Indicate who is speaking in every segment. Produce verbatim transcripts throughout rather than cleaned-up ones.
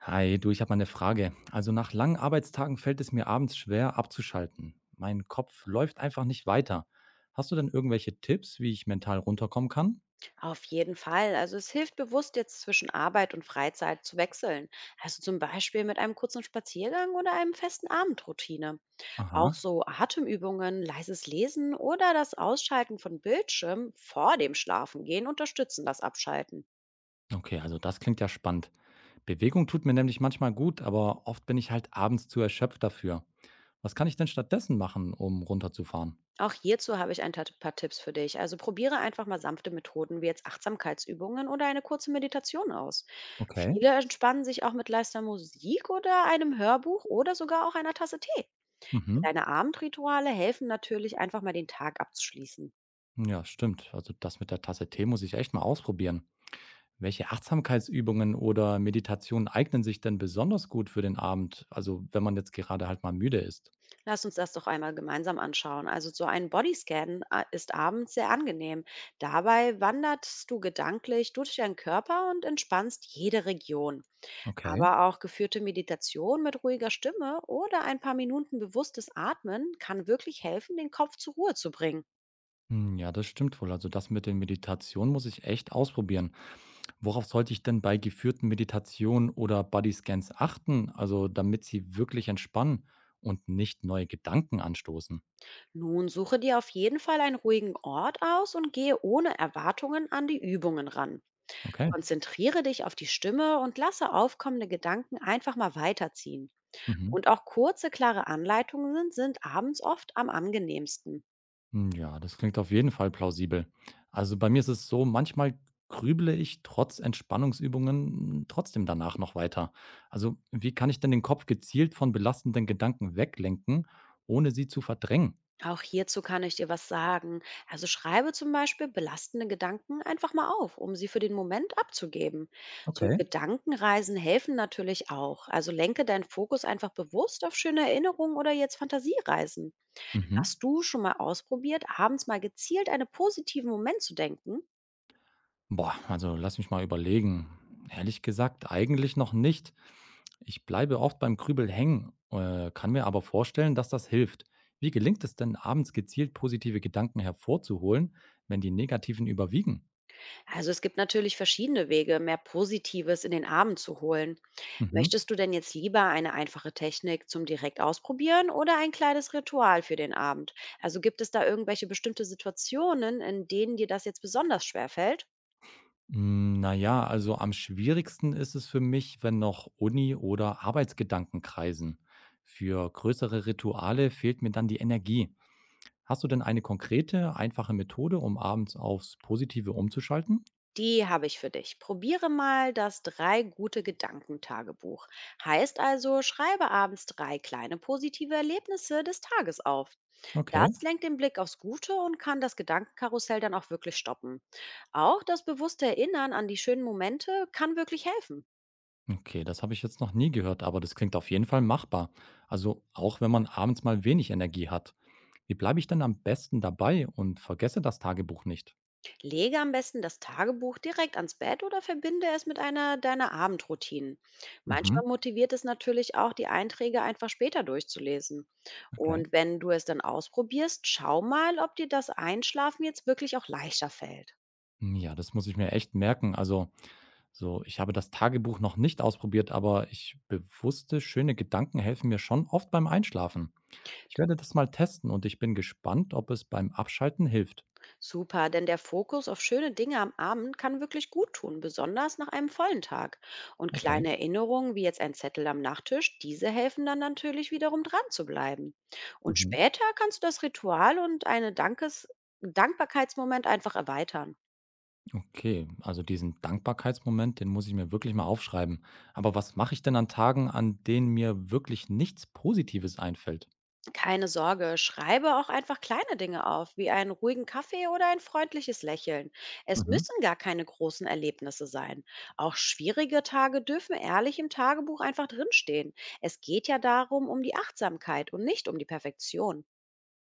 Speaker 1: Hi, du, ich habe mal eine Frage. Also nach langen Arbeitstagen fällt es mir abends schwer abzuschalten. Mein Kopf läuft einfach nicht weiter. Hast du denn irgendwelche Tipps, wie ich mental runterkommen kann?
Speaker 2: Auf jeden Fall. Also es hilft bewusst jetzt zwischen Arbeit und Freizeit zu wechseln. Also zum Beispiel mit einem kurzen Spaziergang oder einem festen Abendroutine. Auch
Speaker 1: Aha.
Speaker 2: so Atemübungen, leises Lesen oder das Ausschalten von Bildschirm vor dem Schlafengehen unterstützen das Abschalten.
Speaker 1: Okay, also das klingt ja spannend. Bewegung tut mir nämlich manchmal gut, aber oft bin ich halt abends zu erschöpft dafür. Was kann ich denn stattdessen machen, um runterzufahren?
Speaker 2: Auch hierzu habe ich ein tat- paar Tipps für dich. Also probiere einfach mal sanfte Methoden wie jetzt Achtsamkeitsübungen oder eine kurze Meditation aus.
Speaker 1: Okay.
Speaker 2: Viele entspannen sich auch mit leister Musik oder einem Hörbuch oder sogar auch einer Tasse Tee.
Speaker 1: Mhm.
Speaker 2: Kleine Abendrituale helfen natürlich, einfach mal den Tag abzuschließen.
Speaker 1: Ja, stimmt. Also das mit der Tasse Tee muss ich echt mal ausprobieren. Welche Achtsamkeitsübungen oder Meditationen eignen sich denn besonders gut für den Abend? Also, wenn man jetzt gerade halt mal müde ist.
Speaker 2: Lass uns das doch einmal gemeinsam anschauen. Also so ein Bodyscan a- ist abends sehr angenehm. Dabei wanderst du gedanklich durch deinen Körper und entspannst jede Region.
Speaker 1: Okay.
Speaker 2: Aber auch geführte Meditation mit ruhiger Stimme oder ein paar Minuten bewusstes Atmen kann wirklich helfen, den Kopf zur Ruhe zu bringen.
Speaker 1: Hm, ja, das stimmt wohl. Also, das mit den Meditationen muss ich echt ausprobieren. Worauf sollte ich denn bei geführten Meditationen oder Bodyscans achten? Also, damit sie wirklich entspannen und nicht neue Gedanken anstoßen.
Speaker 2: Nun suche dir auf jeden Fall einen ruhigen Ort aus und gehe ohne Erwartungen an die Übungen ran.
Speaker 1: Okay.
Speaker 2: Konzentriere dich auf die Stimme und lasse aufkommende Gedanken einfach mal weiterziehen.
Speaker 1: Mhm.
Speaker 2: Und auch kurze, klare Anleitungen sind abends oft am angenehmsten.
Speaker 1: Hm, ja, das klingt auf jeden Fall plausibel. Also bei mir ist es so, manchmal grüble ich trotz Entspannungsübungen trotzdem danach noch weiter. Also, wie kann ich denn den Kopf gezielt von belastenden Gedanken weglenken, ohne sie zu verdrängen?
Speaker 2: Auch hierzu kann ich dir was sagen. Also schreibe zum Beispiel belastende Gedanken einfach mal auf, um sie für den Moment abzugeben. So
Speaker 1: Okay.
Speaker 2: Gedankenreisen helfen natürlich auch. Also lenke deinen Fokus einfach bewusst auf schöne Erinnerungen oder jetzt Fantasiereisen.
Speaker 1: Mhm.
Speaker 2: Hast du schon mal ausprobiert, abends mal gezielt einen positiven Moment zu denken?
Speaker 1: Boah, also lass mich mal überlegen. Ehrlich gesagt, eigentlich noch nicht. Ich bleibe oft beim Krübel hängen, äh, kann mir aber vorstellen, dass das hilft. Wie gelingt es denn, abends gezielt positive Gedanken hervorzuholen, wenn die negativen überwiegen?
Speaker 2: Also es gibt natürlich verschiedene Wege, mehr Positives in den Abend zu holen.
Speaker 1: Mhm.
Speaker 2: Möchtest du denn jetzt lieber eine einfache Technik zum direkt ausprobieren oder ein kleines Ritual für den Abend? Also gibt es da irgendwelche bestimmte Situationen, in denen dir das jetzt besonders schwer fällt?
Speaker 1: Hm, na ja, also am schwierigsten ist es für mich, wenn noch Uni oder Arbeitsgedanken kreisen. Für größere Rituale fehlt mir dann die Energie. Hast du denn eine konkrete, einfache Methode, um abends aufs Positive umzuschalten?
Speaker 2: Die habe ich für dich. Probiere mal das drei gute Gedanken Tagebuch. Heißt also, schreibe abends drei kleine positive Erlebnisse des Tages auf.
Speaker 1: Okay.
Speaker 2: Das lenkt den Blick aufs Gute und kann das Gedankenkarussell dann auch wirklich stoppen. Auch das bewusste Erinnern an die schönen Momente kann wirklich helfen.
Speaker 1: Okay, das habe ich jetzt noch nie gehört, aber das klingt auf jeden Fall machbar. Also auch wenn man abends mal wenig Energie hat. Wie bleibe ich denn am besten dabei und vergesse das Tagebuch nicht?
Speaker 2: Lege am besten das Tagebuch direkt ans Bett oder verbinde es mit einer deiner Abendroutinen. Manchmal
Speaker 1: Mhm.
Speaker 2: motiviert es natürlich auch, die Einträge einfach später durchzulesen.
Speaker 1: Okay.
Speaker 2: Und wenn du es dann ausprobierst, schau mal, ob dir das Einschlafen jetzt wirklich auch leichter fällt.
Speaker 1: Ja, das muss ich mir echt merken. Also so, ich habe das Tagebuch noch nicht ausprobiert, aber ich bewusste schöne Gedanken helfen mir schon oft beim Einschlafen. Ich werde das mal testen und ich bin gespannt, ob es beim Abschalten hilft.
Speaker 2: Super, denn der Fokus auf schöne Dinge am Abend kann wirklich gut tun, besonders nach einem vollen Tag. Und
Speaker 1: Okay.
Speaker 2: kleine Erinnerungen, wie jetzt ein Zettel am Nachttisch, diese helfen dann natürlich wiederum dran zu bleiben. Und
Speaker 1: Mhm.
Speaker 2: später kannst du das Ritual und einen Dankes Dankbarkeitsmoment einfach erweitern.
Speaker 1: Okay, also diesen Dankbarkeitsmoment, den muss ich mir wirklich mal aufschreiben. Aber was mache ich denn an Tagen, an denen mir wirklich nichts Positives einfällt?
Speaker 2: Keine Sorge, schreibe auch einfach kleine Dinge auf, wie einen ruhigen Kaffee oder ein freundliches Lächeln. Es
Speaker 1: Mhm.
Speaker 2: müssen gar keine großen Erlebnisse sein. Auch schwierige Tage dürfen ehrlich im Tagebuch einfach drinstehen. Es geht ja darum, um die Achtsamkeit und nicht um die Perfektion.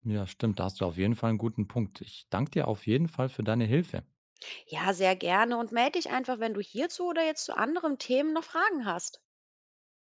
Speaker 1: Ja, stimmt, da hast du auf jeden Fall einen guten Punkt. Ich danke dir auf jeden Fall für deine Hilfe.
Speaker 2: Ja, sehr gerne und melde dich einfach, wenn du hierzu oder jetzt zu anderen Themen noch Fragen hast.